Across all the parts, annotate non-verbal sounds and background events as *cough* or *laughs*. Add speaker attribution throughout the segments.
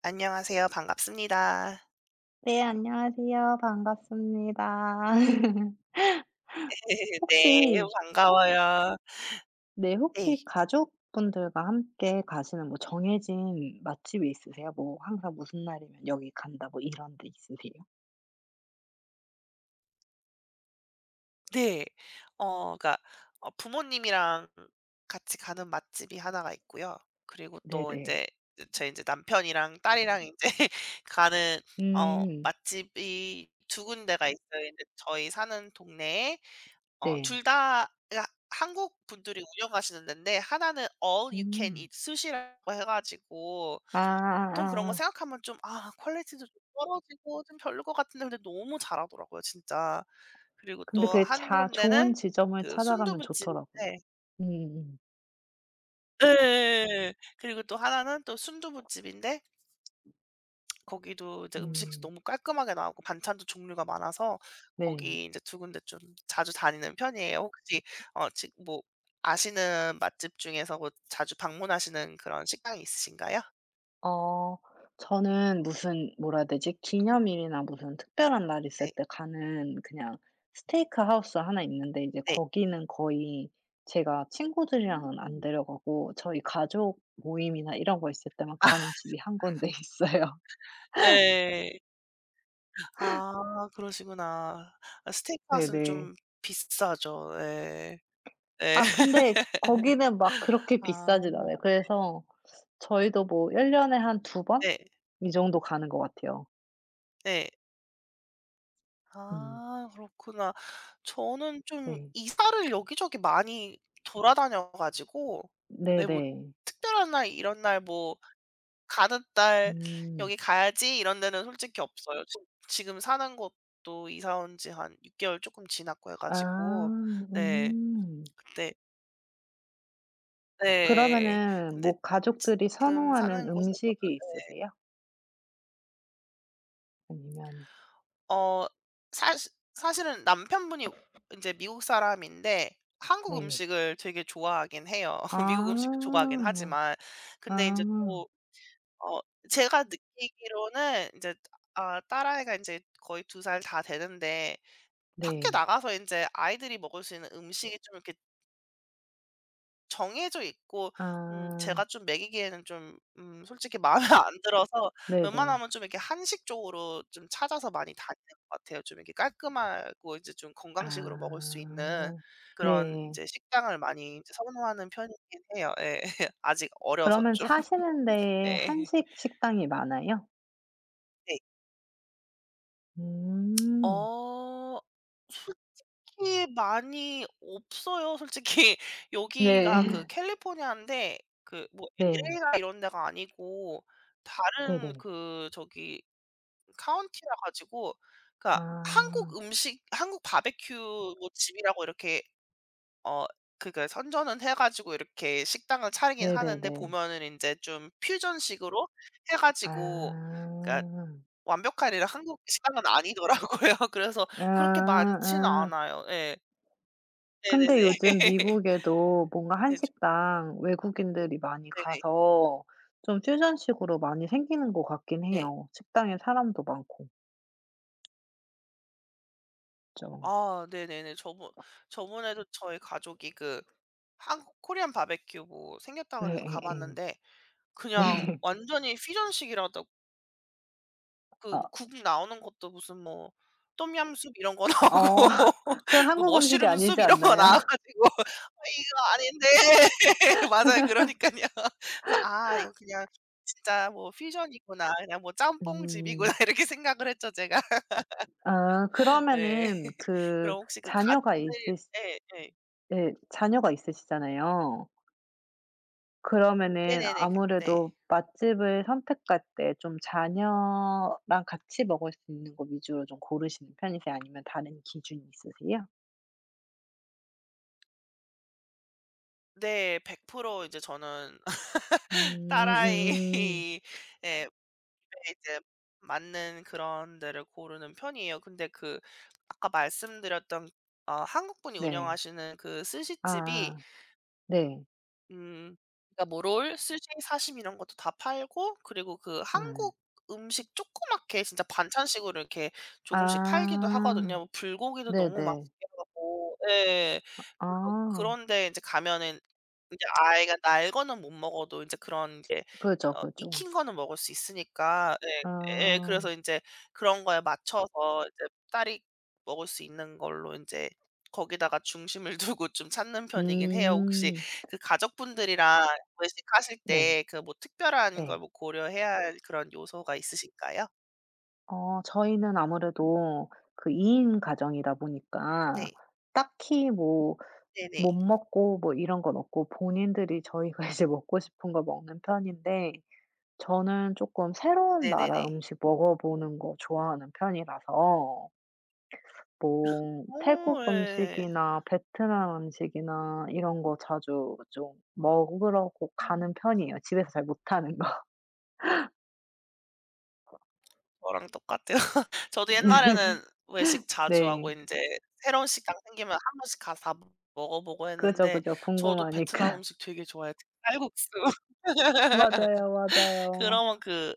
Speaker 1: 안녕하세요. 반갑습니다.
Speaker 2: 네, 안녕하세요. 반갑습니다. *laughs*
Speaker 1: *laughs* 네.
Speaker 2: 혹시
Speaker 1: 반가워요.
Speaker 2: 네,
Speaker 1: 네.
Speaker 2: 혹시 가족분들과 함께 가시는 뭐 정해진 맛집이 있으세요? 뭐 항상 무슨 날이면 여기 간다 뭐 이런 데 있으세요?
Speaker 1: 네. 그러니까 부모님이랑 같이 가는 맛집이 하나가 있고요. 그리고 또 이
Speaker 2: 네네.
Speaker 1: 제 저희 제 남편이랑 딸이랑 이제 *laughs* 가는
Speaker 2: 음.
Speaker 1: 맛집이 두 군데가 있어요. 이제 저희 사는 동네에
Speaker 2: 네.
Speaker 1: 둘다, 그러니까 한국 분들이 운영하시는 데인데, 하나는 All You Can
Speaker 2: 음.
Speaker 1: Eat Sushi라고 해 가지고 보통 그런 거
Speaker 2: 아아아.
Speaker 1: 생각하면 좀, 아, 퀄리티도 좀 떨어지고 좀 별로 것 같은데, 근데 너무 잘하더라고요 진짜. 그리고
Speaker 2: 근데
Speaker 1: 또
Speaker 2: 그게
Speaker 1: 한
Speaker 2: 자 좋은
Speaker 1: 군데는
Speaker 2: 지점을
Speaker 1: 그
Speaker 2: 찾아가면
Speaker 1: 순두부집인데,
Speaker 2: 좋더라고요. 음음.
Speaker 1: 예, 그리고 또 하나는 또 순두부집인데 거기도 이제
Speaker 2: 음.
Speaker 1: 음식도
Speaker 2: 음.
Speaker 1: 너무 깔끔하게 나오고 반찬도 종류가 많아서
Speaker 2: 네.
Speaker 1: 거기 이제 두 군데 좀 자주 다니는 편이에요. 혹시 지 뭐 아시는 맛집 중에서 뭐 자주 방문하시는 그런 식당이 있으신가요?
Speaker 2: 어 저는 무슨 뭐라 해야 되지? 기념일이나 무슨 특별한 날 있을
Speaker 1: 네.
Speaker 2: 때 가는 그냥 스테이크 하우스 하나 있는데 이제
Speaker 1: 네.
Speaker 2: 거기는 거의 제가
Speaker 1: 음.
Speaker 2: 친구들이랑은 안 데려가고 저희 가족 모임이나 이런 거 있을 때만
Speaker 1: 아,
Speaker 2: 가는 집이 한 군데 *laughs* 있어요.
Speaker 1: 예. 아, 그러시구나. 아, 스테이크핫은
Speaker 2: 네네.
Speaker 1: 좀 비싸죠. 예. 예.
Speaker 2: 아 근데
Speaker 1: *laughs*
Speaker 2: 거기는 막 그렇게
Speaker 1: 아,
Speaker 2: 비싸진 않아요. 그래서 저희도 뭐 일 년에 한 두 번
Speaker 1: 네.
Speaker 2: 이 정도 가는 것 같아요.
Speaker 1: 네.
Speaker 2: 음
Speaker 1: 아, 그렇구나. 저는 좀
Speaker 2: 네.
Speaker 1: 이사를 여기저기 많이 돌아다녀 가지고, 네 뭐
Speaker 2: 네네.
Speaker 1: 특별한 날, 이런 날 뭐 '가는 날
Speaker 2: 음.
Speaker 1: 여기 가야지.' 이런 데는 솔직히 없어요. 지 지금 사는 곳도 이사 온 지 한 6개월 개월 쪼끔 지났고 해
Speaker 2: 아
Speaker 1: 가지고, 네
Speaker 2: 음.
Speaker 1: 그때 네.
Speaker 2: 그러면은
Speaker 1: 근데
Speaker 2: 뭐
Speaker 1: 지
Speaker 2: 가족들이
Speaker 1: 지금
Speaker 2: 선호하는
Speaker 1: 사는 곳에서는
Speaker 2: 음식이
Speaker 1: 네,
Speaker 2: 있으세요? 아니면
Speaker 1: 어 사시 사실은 남편분이 인제 미국 사람인데 한국
Speaker 2: 네.
Speaker 1: 음식을 되게 좋아하긴 해요. *laughs* 미국 음식도
Speaker 2: 아.
Speaker 1: 좋아하긴 하지만. 근데
Speaker 2: 아.
Speaker 1: 인제 또 어 제가 느끼기로는, 인제, 아, 딸아이가 인제 거의 두 살 다 되는데 밖에
Speaker 2: 네.
Speaker 1: 나가서 인제 아이들이 먹을 수 있는 음식이 좀 이렇게 정해져 있고, 음,
Speaker 2: 아.
Speaker 1: 제가 좀 먹이기에는 좀, 음, 솔직히 *laughs* 마음에 안 들어서
Speaker 2: 네네.
Speaker 1: 웬만하면 좀 이렇게 한식 쪽으로 좀 찾아서 많이 다니는 것 같아요. 좀 이렇게 깔끔하고 이제 좀 건강식으로 먹을 수 있는
Speaker 2: 아.
Speaker 1: 그런
Speaker 2: 네.
Speaker 1: 인제 식당을 많이 이제 선호하는 편이긴 해요. 예. *laughs* 아직 어려서
Speaker 2: 그러면
Speaker 1: 좀.
Speaker 2: 사시는
Speaker 1: *laughs*
Speaker 2: 데에
Speaker 1: 네.
Speaker 2: 한식 식당이 많아요?
Speaker 1: 네.
Speaker 2: 음.
Speaker 1: 어. 딱히 많이 없어요. 솔직히 *laughs*
Speaker 2: 네.
Speaker 1: 여기가 그
Speaker 2: *laughs*
Speaker 1: 캘리포니아인데 그 뭐
Speaker 2: 네.
Speaker 1: LA나 이런 데가 아니고 다른
Speaker 2: 네네.
Speaker 1: 그 저기 카운티라 가지고, 그러니까
Speaker 2: 아.
Speaker 1: 한국 음식 한국 바베큐 뭐 집이라고 이렇게 어 그니까 선전은 해 가지고 이렇게 식당을 차리긴 하는데,
Speaker 2: 네네네.
Speaker 1: 보면은 이제 좀 퓨전식으로 해 가지고, 그러니까
Speaker 2: 아.
Speaker 1: 완벽한 이라 한국 식당은 아니더라고요. *laughs* 그래서
Speaker 2: 아
Speaker 1: 그렇게 많지는
Speaker 2: 아.
Speaker 1: 않아요. 예.
Speaker 2: 근데
Speaker 1: 네네네.
Speaker 2: 요즘
Speaker 1: *laughs*
Speaker 2: 미국에도 뭔가
Speaker 1: 네 저,
Speaker 2: 한식당 외국인들이 많이
Speaker 1: 네네.
Speaker 2: 가서 좀 퓨전식으로 많이 생기는 것 같긴
Speaker 1: 네.
Speaker 2: 해요. 식당에 사람도 많고. 그죠.
Speaker 1: 아 네네네. 저번에도 저희 가족이 그 한국 코리안 바베큐 뭐 생겼다 그래서 가
Speaker 2: 네예예.
Speaker 1: 봤는데,
Speaker 2: 네.
Speaker 1: 그냥
Speaker 2: *laughs*
Speaker 1: 완전히 퓨전식이라도그 뭐
Speaker 2: 아
Speaker 1: 국 나오는 것도 무슨 뭐 똠얌 숲 이런 거 나오고
Speaker 2: 어
Speaker 1: *laughs*
Speaker 2: 그건
Speaker 1: 뭐
Speaker 2: 한국 음식이
Speaker 1: 머쉬룸
Speaker 2: 아니지
Speaker 1: 숲 이런 거
Speaker 2: 않나요?
Speaker 1: 나와
Speaker 2: *laughs*
Speaker 1: 가지고 *laughs* 아, 이거 아닌데. *laughs* 맞아요. 그러니까요. 그래서 '아, 이거 그냥 진짜 뭐 퓨전이구나. 그냥 뭐 짬뽕집이구나.'
Speaker 2: 음.
Speaker 1: *laughs* 이렇게 생각을 했죠 제가.
Speaker 2: 아
Speaker 1: 네.
Speaker 2: 그러면은
Speaker 1: *laughs*
Speaker 2: 그
Speaker 1: 그럼 혹시 그 가족들,
Speaker 2: 자녀가 있으시
Speaker 1: 예 네,
Speaker 2: 예 자녀가 있으시잖아요. 그러면은
Speaker 1: 네네네. 그때.
Speaker 2: 아무래도 맛집을 선택할 때 좀 자녀랑 같이 먹을 수 있는 거 위주로 좀 고르시는 편이세요? 아니면 다른 기준이 있으세요?
Speaker 1: 네. 100% 이제 저는
Speaker 2: 음
Speaker 1: *laughs*
Speaker 2: 음.
Speaker 1: 딸아이에 이제 맞는 그런 데를 고르는 편이에요. 근데 그 아까 말씀드렸던 한국분이
Speaker 2: 네.
Speaker 1: 운영하시는 그 스시집이,
Speaker 2: 아 네.
Speaker 1: 음, 그러니까 뭐 롤, 스시, 사심 이런 것도 다 팔고, 그리고 그
Speaker 2: 음.
Speaker 1: 한국 음식 조그맣게 진짜 반찬식으로 이렇게 조금씩 팔기도
Speaker 2: 아.
Speaker 1: 하거든요. 뭐 불고기도 너무
Speaker 2: 네네.
Speaker 1: 맛있게 하고, 예. 그래서
Speaker 2: 아.
Speaker 1: 그런 데 인제 가면은, 인제 아이가 날 거는 못 먹어도 인제 그런, 이제
Speaker 2: 그죠, 그죠.
Speaker 1: 익힌 거는 먹을 수 있으니까, 예, 예,
Speaker 2: 아.
Speaker 1: 그래서 인제 그런 거에 맞춰서 이제 딸이 먹을 수 있는 걸로 인제 거기다가 중심을 *laughs* 두고 좀 찾는 편이긴 해요. 혹시
Speaker 2: 음.
Speaker 1: 그 가족분들이랑 외식하실
Speaker 2: 네.
Speaker 1: 때 그 뭐 특별한 걸
Speaker 2: 네.
Speaker 1: 뭐 고려해야 할 그런 요소가 있으신가요?
Speaker 2: 저희는 아무래도 그 2인 가정이다 보니까
Speaker 1: 네.
Speaker 2: 딱히 뭐 못
Speaker 1: 네네.
Speaker 2: 먹고 뭐 이런 건 없고 본인들이 저희가 *laughs* 이제 먹고 싶은 거 먹는 편인데 저는 조금 새로운 나라
Speaker 1: 네네네.
Speaker 2: 음식 먹어보는 거 좋아하는 편이라서 뭐
Speaker 1: 어,
Speaker 2: 태국
Speaker 1: 예.
Speaker 2: 음식이나 베트남 음식이나 이런 거 자주 좀 먹으려고
Speaker 1: 음,
Speaker 2: 가는 편이에요, 집에서 잘 못하는 거.
Speaker 1: 저랑 똑같아요. *laughs* 저도 옛날에는
Speaker 2: *laughs*
Speaker 1: 외식 자주
Speaker 2: 네.
Speaker 1: 하고 인제 새로운 식당 생기면 한 번씩 가서 다 먹어 보고
Speaker 2: 그죠,
Speaker 1: 했는데,
Speaker 2: 그죠.
Speaker 1: 저도 베트남
Speaker 2: 궁금하니까. *laughs*
Speaker 1: 음식 되게 좋아해요. 특히 쌀국수.
Speaker 2: 맞아요, 맞아요.
Speaker 1: 그러면 *laughs* 그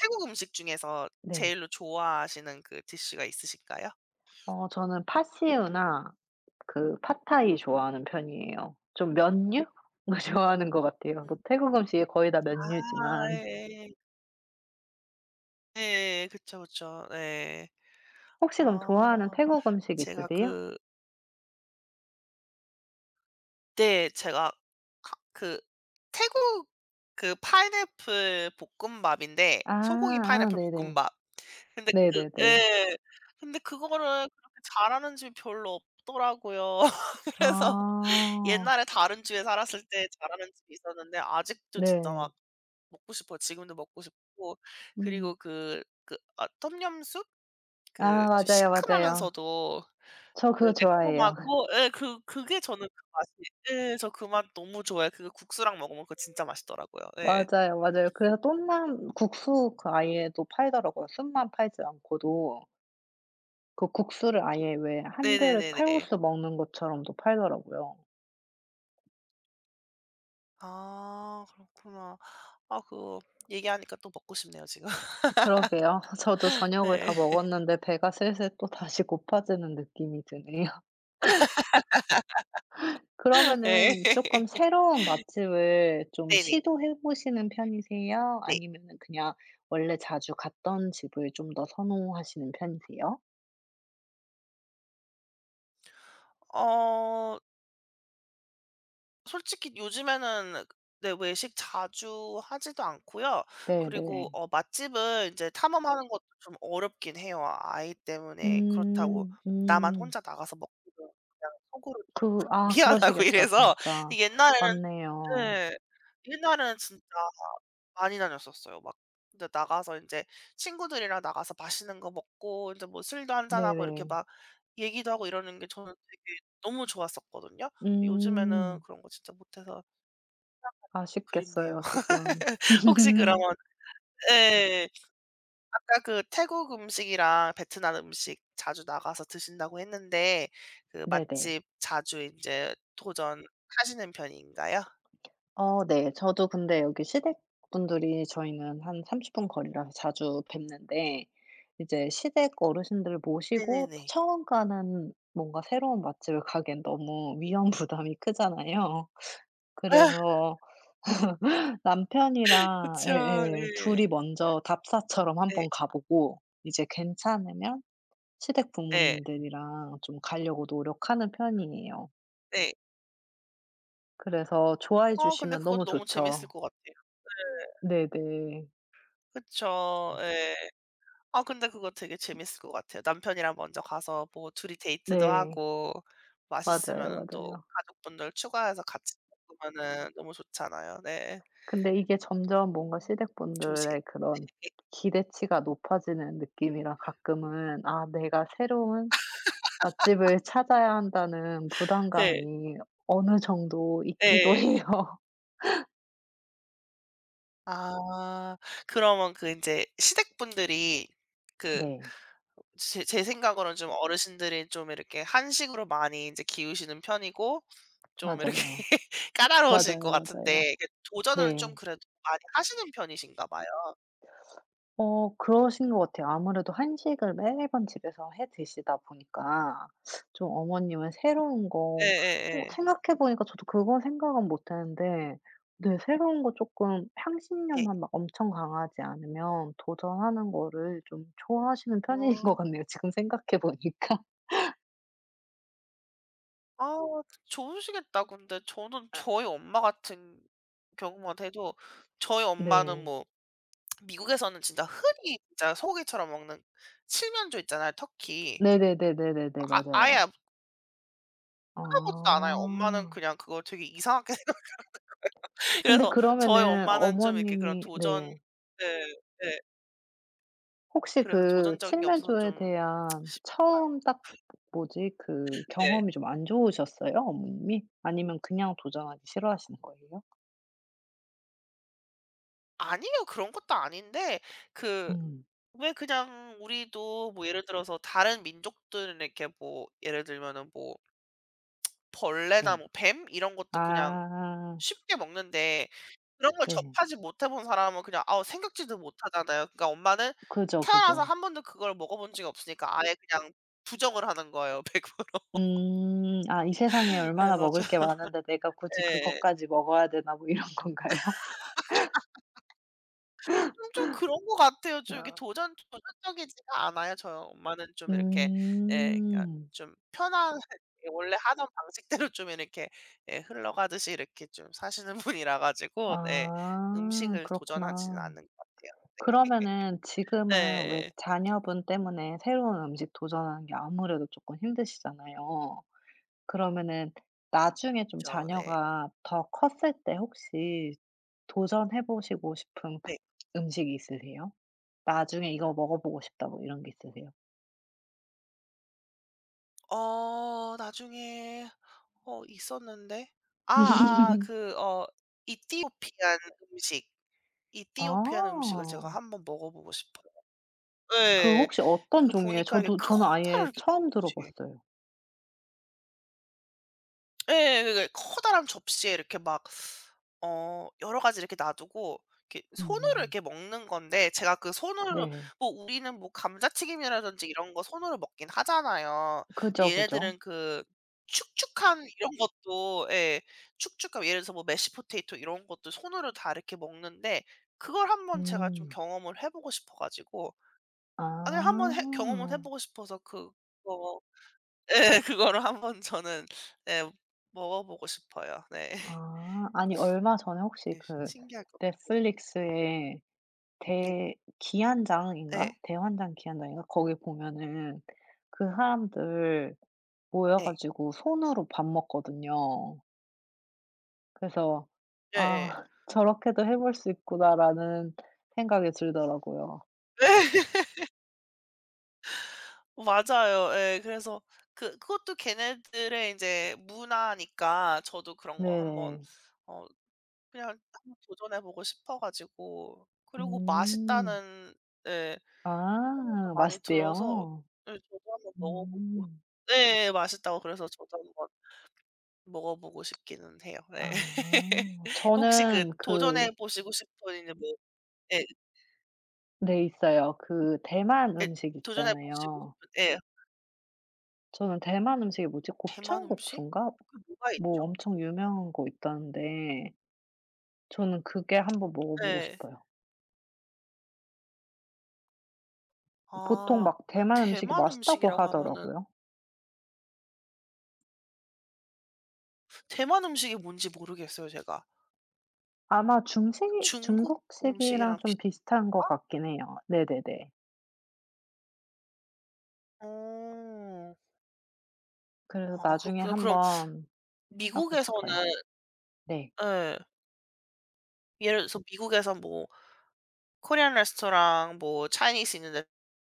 Speaker 1: 태국 음식 중에서
Speaker 2: 네.
Speaker 1: 제일로 좋아하시는 그 디시가 있으실까요?
Speaker 2: 저는 파시우나 그 팟타이 좋아하는 편이에요. 좀 면류? *laughs* 뭐 좋아하는 것 같아요. 뭐
Speaker 1: 음.
Speaker 2: 태국 음식이 거의 다
Speaker 1: 아
Speaker 2: 면류지만.
Speaker 1: 예예. 예 그쵸, 그쵸. 네,
Speaker 2: 혹시 그럼 좋아하는
Speaker 1: 아.
Speaker 2: 태국 음식
Speaker 1: 제가
Speaker 2: 있으세요?
Speaker 1: 그때 제가 카 그 태국 그 파인애플 볶음밥인데
Speaker 2: 아
Speaker 1: 소고기
Speaker 2: 아
Speaker 1: 파인애플
Speaker 2: 네네.
Speaker 1: 볶음밥. 근데 그
Speaker 2: 네네네.
Speaker 1: 예. 근데 그거를 그렇게 잘하는 집이 별로 없더라고요. *laughs* 그래서
Speaker 2: 아.
Speaker 1: 옛날에 다른 주에 살았을 때 잘하는 집이 있었는데 아직도 진짜
Speaker 2: 네.
Speaker 1: 막 먹고 싶어요. 지금도 먹고 싶고.
Speaker 2: 음.
Speaker 1: 그리고 그 아 똠얌그
Speaker 2: 아
Speaker 1: 좀
Speaker 2: 맞아요, 맞아요.
Speaker 1: 시큼하면서도
Speaker 2: 저
Speaker 1: 그
Speaker 2: 그거 좋아해요. *laughs*
Speaker 1: 매콤하고, 예, 그 그게 저는 그 맛이, 예, 저 그 맛 너무 좋아해요. 그거 국수랑 먹으면 그거 진짜 맛있더라고요. 예.
Speaker 2: 맞아요, 맞아요. 그래서 똠남 국수 그 아예 또 팔더라고요. 순만 팔지 않고도 그 국수를 아예 왜 한 그릇
Speaker 1: 네네네네.
Speaker 2: 칼국수 먹는 것처럼도 팔더라고요.
Speaker 1: 아 그렇구나. 아 그거 얘기하니까 또 먹고 싶네요 지금.
Speaker 2: 그러게요. *laughs* 저도
Speaker 1: *laughs*
Speaker 2: 저녁을 다
Speaker 1: 예.
Speaker 2: 먹었는데 배가 슬슬 또다시 고파지는 느낌이 드네요. *laughs*
Speaker 1: 예.
Speaker 2: 그러면은 조금 새로운 맛집을 좀
Speaker 1: 네네.
Speaker 2: 시도해 보시는 편이세요?
Speaker 1: 네.
Speaker 2: 아니면은 그냥 원래 자주 갔던 집을 좀 더 선호하시는 편이세요?
Speaker 1: 어, 솔직히 요즘에는, 네, 외식 자주 하지도 않고요. 그리고
Speaker 2: 네네.
Speaker 1: 맛집을 이제 탐험하는 것도 좀 어렵긴 해요, 아이 때문에. 그렇다고
Speaker 2: 음.
Speaker 1: 나만
Speaker 2: 음.
Speaker 1: 혼자 나가서 먹기도 그냥 속으로 좀
Speaker 2: 그 아
Speaker 1: *laughs* 미안하고
Speaker 2: 그러시겠다
Speaker 1: 이래서,
Speaker 2: 진짜.
Speaker 1: 옛날에는,
Speaker 2: 맞네요.
Speaker 1: 네, 옛날에는 진짜 많이 다녔었어요. 막, 근데 나가서 이제 친구들이랑 나가서 맛있는 거 먹고 이제 뭐 술도 한잔하고 이렇게
Speaker 2: 네네.
Speaker 1: 막 얘기도 하고 이러는 게 저는 되게 너무 좋았었거든요. 근데 요즘에는
Speaker 2: 음.
Speaker 1: 그런 거 진짜 못 해서 그립네요.
Speaker 2: 아쉽겠어요 조금.
Speaker 1: *laughs* 혹시
Speaker 2: *laughs*
Speaker 1: 그러면, 예, 아까 그 태국 음식이랑 베트남 음식 자주 나가서 드신다고 했는데 그
Speaker 2: 네네.
Speaker 1: 맛집 자주 이제 도전하시는 편인가요?
Speaker 2: 어 네. 저도 근데 여기 시댁 분들이 저희는 한 30분 거리라서 자주
Speaker 1: 네.
Speaker 2: 뵙는데 이제 시댁 어르신들 모시고
Speaker 1: 네네네.
Speaker 2: 처음 가는 뭔가 새로운 맛집을 가기엔 너무 위험 *laughs* 부담이 크잖아요.
Speaker 1: 아
Speaker 2: 그래서 남편이랑
Speaker 1: 그쵸.
Speaker 2: 예예.
Speaker 1: 예.
Speaker 2: 둘이 먼저 답사처럼
Speaker 1: 예.
Speaker 2: 한번 가 보고 이제 괜찮으면 시댁
Speaker 1: 예.
Speaker 2: 부모님들이랑 좀 가려고 노력하는 편이에요.
Speaker 1: 예.
Speaker 2: 그래서 좋아해
Speaker 1: 어, 근데
Speaker 2: 주시면
Speaker 1: 그것도
Speaker 2: 너무
Speaker 1: 너무 재밌을
Speaker 2: 좋죠.
Speaker 1: 것 같아요. 예.
Speaker 2: 네네.
Speaker 1: 그쵸. 예. 아 근데 그거 되게 재밌을 것 같아요. 남편이랑 먼저 가서 뭐 둘이 데이트도
Speaker 2: 네.
Speaker 1: 하고,
Speaker 2: 맞아요,
Speaker 1: 맛있으면은 또
Speaker 2: 맞아요.
Speaker 1: 가족분들 추가해서 같이 먹으면은 너무 좋잖아요. 네.
Speaker 2: 근데 이게 점점 뭔가
Speaker 1: 음. 좋으시겠,
Speaker 2: 시댁분들의 그런 기대치가 높아지는 느낌이라 가끔은 '아 내가 새로운 맛집을 찾아야 한다.'는
Speaker 1: 네.
Speaker 2: 부담감이 어느 정도 있기도 *laughs*
Speaker 1: 네.
Speaker 2: 해요.
Speaker 1: 아, 그러면 그 이제 시댁분들이 그
Speaker 2: 네.
Speaker 1: 제 생각으로는 좀 어르신들이 좀 이렇게 한식으로 많이 이제 기우시는 편이고 좀 이렇게
Speaker 2: 맞아요.
Speaker 1: *laughs* 까다로우실 것
Speaker 2: 맞아요, 맞아요.
Speaker 1: 같은데, 이게 도전을
Speaker 2: 네.
Speaker 1: 좀 그래도 많이 하시는 편이신가 봐요.
Speaker 2: 어 그러신 것 같아요. 아무래도 한식을 매번 집에서 해 드시다 보니까 좀 어머님은 새로운 거 어
Speaker 1: 예예예.
Speaker 2: 생각해 보니까 저도 그건 생각은 못 했는데 네 새로운 거 조금
Speaker 1: 네.
Speaker 2: 향신료만 막 엄청 강하지 않으면 도전하는 거를 좀 좋아하시는 편인 *laughs* 것
Speaker 1: 어.
Speaker 2: 같네요, 지금 생각해 보니까.
Speaker 1: 아, 좋으시겠다. 근데 저는
Speaker 2: *laughs*
Speaker 1: 저희 엄마 같은 경우만 해도 저희 엄마는
Speaker 2: 네.
Speaker 1: 뭐 미국에서는 진짜 흔히 진짜 소고기처럼 먹는 칠면조 있잖아요, 터키.
Speaker 2: 네네네네네네.
Speaker 1: 아
Speaker 2: 맞아요.
Speaker 1: 아예 쳐다보지도 않아요. 엄마는
Speaker 2: 아.
Speaker 1: 그냥 그걸 되게 이상하게 *laughs*
Speaker 2: 근데
Speaker 1: 그래서 저희
Speaker 2: 그러면은
Speaker 1: 엄마는 좀 이렇게 그런
Speaker 2: 어머님이
Speaker 1: 도전,
Speaker 2: 네.
Speaker 1: 네 네,
Speaker 2: 혹시
Speaker 1: 그래서
Speaker 2: 그
Speaker 1: 도전적인 게 없어서
Speaker 2: 칠면조에
Speaker 1: 좀,
Speaker 2: 대한 처음 딱 뭐지 그
Speaker 1: 네.
Speaker 2: 경험이 좀 안 좋으셨어요? 어머님이? 아니면 그냥 도전하기 싫어하시는 거예요?
Speaker 1: 아니에요. 그런 것도 아닌데 그
Speaker 2: 음
Speaker 1: 왜 그냥 우리도 뭐 예를 들어서 다른 민족들은 이렇게 뭐 예를 들면은 뭐 벌레나
Speaker 2: 네.
Speaker 1: 뭐 뱀 이런 것도 그냥
Speaker 2: 아
Speaker 1: 쉽게 먹는데, 그런 걸
Speaker 2: 네.
Speaker 1: 접하지 못해 본 사람은 그냥 아우 생각지도 못하잖아요. 그러니까 엄마는
Speaker 2: 그죠,
Speaker 1: 태어나서
Speaker 2: 그죠.
Speaker 1: 한 번도 그걸 먹어본 적이 없으니까 아예 그냥 부정을 하는 거예요 *laughs* 100%.
Speaker 2: 음. 아 '이 세상에 얼마나
Speaker 1: 그래서
Speaker 2: 먹을
Speaker 1: 좀,
Speaker 2: 게 많은데 내가 굳이
Speaker 1: 예,
Speaker 2: 그것까지 먹어야 되나?' 뭐 이런 *laughs* 건가요?
Speaker 1: 좀 좀 그런 것 같아요. 좀 이렇게
Speaker 2: 아.
Speaker 1: 도전적이지가 않아요. 저희 엄마는 좀 이렇게, 예, 그러니까
Speaker 2: 음.
Speaker 1: 좀 편한 *laughs* 예 원래 하던 방식대로 좀 이렇게, 예, 흘러가듯이 이렇게 좀 사시는 *laughs* 분이라 가지고, 네,
Speaker 2: 아
Speaker 1: 음식을 도전하지는
Speaker 2: 그렇구나.
Speaker 1: 않는 것 같아요. 네.
Speaker 2: 그러면은 지금은 왜
Speaker 1: 네.
Speaker 2: 자녀분 때문에 새로운 음식 도전하는 게 아무래도 조금 힘드시잖아요. 그러면은 나중에 좀
Speaker 1: 그쵸. 네.
Speaker 2: 자녀가 더 컸을 때 혹시 도전해 보시고 싶은 *laughs*
Speaker 1: 네.
Speaker 2: 음식이 있으세요? 나중에 이거 먹어 보고 싶다 뭐 이런 게 있으세요?
Speaker 1: 어 나중에 있었는데,
Speaker 2: *laughs*
Speaker 1: 아아 그 이티오피안 음식,
Speaker 2: 아.
Speaker 1: 이티오피안 음식을 제가 한번 먹어 보고 싶어요.
Speaker 2: 그
Speaker 1: 예.
Speaker 2: 혹시 어떤
Speaker 1: 그
Speaker 2: 종류예요?
Speaker 1: 보니까 이게
Speaker 2: 저도 저는
Speaker 1: 커다란
Speaker 2: 아예
Speaker 1: 이렇게
Speaker 2: 처음 들어
Speaker 1: 접시,
Speaker 2: 봤어요.
Speaker 1: 예. 그러니까 커다란 접시에 이렇게 막 여러 가지 이렇게 놔두고 이렇게 손으로
Speaker 2: 음
Speaker 1: 이렇게 먹는 건데, 제가 그 손으로,
Speaker 2: 네.
Speaker 1: 뭐 우리는 뭐 감자튀김이라든지 이런 거 손으로 먹긴 하잖아요. 근데
Speaker 2: 그죠, 그죠.
Speaker 1: 얘네들은 그 축축한 이런 것도, 예, 축축한 예를 들어서 뭐 메쉬 포테이토 이런 것도 손으로 다 이렇게 먹는데, 그걸 한번 제가 좀
Speaker 2: 음.
Speaker 1: 경험을 해 보고 싶어 가지고,
Speaker 2: 아.
Speaker 1: 아니 한번 해 경험을 해 보고 싶어서 그거, 예. 그거를 한번 저는, 예, 먹어 보고 싶어요. 네. *laughs*
Speaker 2: 아. 아니 얼마 전에 혹시
Speaker 1: 네.
Speaker 2: 그
Speaker 1: 신기할 것
Speaker 2: 넷
Speaker 1: 같아요.
Speaker 2: 플릭스의
Speaker 1: 네.
Speaker 2: 대 기한장인가
Speaker 1: 예.
Speaker 2: 대환장 기한장인가 거기 보면은 그 사람들 모여
Speaker 1: 네.
Speaker 2: 가지고 손으로 밥 먹거든요. 그래서
Speaker 1: 예예.
Speaker 2: '아
Speaker 1: 예.
Speaker 2: *laughs* 저렇게도 해볼 수 있구나.'라는 생각이 들더라고요.
Speaker 1: *laughs* 맞아요. 예. 그래서 그 그것도 걔네들의 인제 문화니까 저도 그런 거 한번
Speaker 2: 네네.
Speaker 1: 어 그냥 한번 도전해 보고 싶어 가지고, 그리고
Speaker 2: 음.
Speaker 1: 맛있다는, 예, 소문도
Speaker 2: 아
Speaker 1: 많이 들어서,
Speaker 2: 맛있대요?
Speaker 1: 예, 저도 한번 먹어 보고,
Speaker 2: 음.
Speaker 1: 예예 맛있다고 그래서 저도 한번 먹어 보고 싶기는 해요. 네.
Speaker 2: 아.
Speaker 1: 혹시 그
Speaker 2: 저는 그
Speaker 1: 도전해 보시고 싶은 이제 뭐, 예,
Speaker 2: 네 있어요. 그 대만
Speaker 1: 예,
Speaker 2: 음식
Speaker 1: 도전해 보시고
Speaker 2: 있잖아요.
Speaker 1: 싶은, 예.
Speaker 2: 저는 대만 음식이 뭐지?
Speaker 1: 대만 음식?
Speaker 2: 곱창국수인가?
Speaker 1: 그 뭐가 있죠?
Speaker 2: 뭐 엄청 유명한 거 있다는데 저는 그게 한번 먹어보고
Speaker 1: 예.
Speaker 2: 싶어요. 보통
Speaker 1: 아
Speaker 2: 막 대만 음식이
Speaker 1: 대만
Speaker 2: 맛있다고
Speaker 1: 음식이라고 하면은
Speaker 2: 하더라고요.
Speaker 1: 대만 음식이 뭔지 모르겠어요 제가.
Speaker 2: 아마 중식
Speaker 1: 중국
Speaker 2: 중국식이랑
Speaker 1: 음식이랑
Speaker 2: 좀
Speaker 1: 비슷한
Speaker 2: 비슷한 것
Speaker 1: 건가?
Speaker 2: 같긴 해요. 네네네.
Speaker 1: 어.
Speaker 2: 그래서
Speaker 1: 아
Speaker 2: 나중에
Speaker 1: 그렇구나. 그럼
Speaker 2: 한번 하고
Speaker 1: 미국에서는,
Speaker 2: 싶어요. 네.
Speaker 1: 예, 예를 들어서 미국에서 뭐 코리안 레스토랑 뭐 차이니스 있는데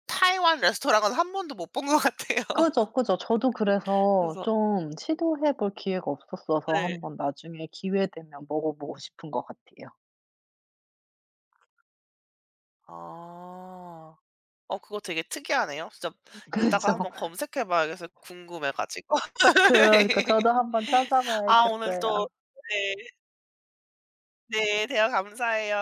Speaker 1: 타이완 레스토랑은 한 번도 못 본 것 같아요.
Speaker 2: 그죠, 그죠. 저도
Speaker 1: *laughs*
Speaker 2: 그래서
Speaker 1: 그래서,
Speaker 2: 좀 시도해 볼 기회가 없었어서
Speaker 1: 네.
Speaker 2: 한번 나중에 기회 되면 먹어보고 싶은 것 같아요.
Speaker 1: 아. 어 그거 되게 특이하네요. 진짜 이따가
Speaker 2: 그죠.
Speaker 1: 한번 검색해 봐야겠어요, 궁금해 가지고.
Speaker 2: 그러니까 저도
Speaker 1: *laughs*
Speaker 2: 한번
Speaker 1: 아 오늘
Speaker 2: 찾아봐야겠어요.
Speaker 1: 또, 네. 네. 대화 감사해요.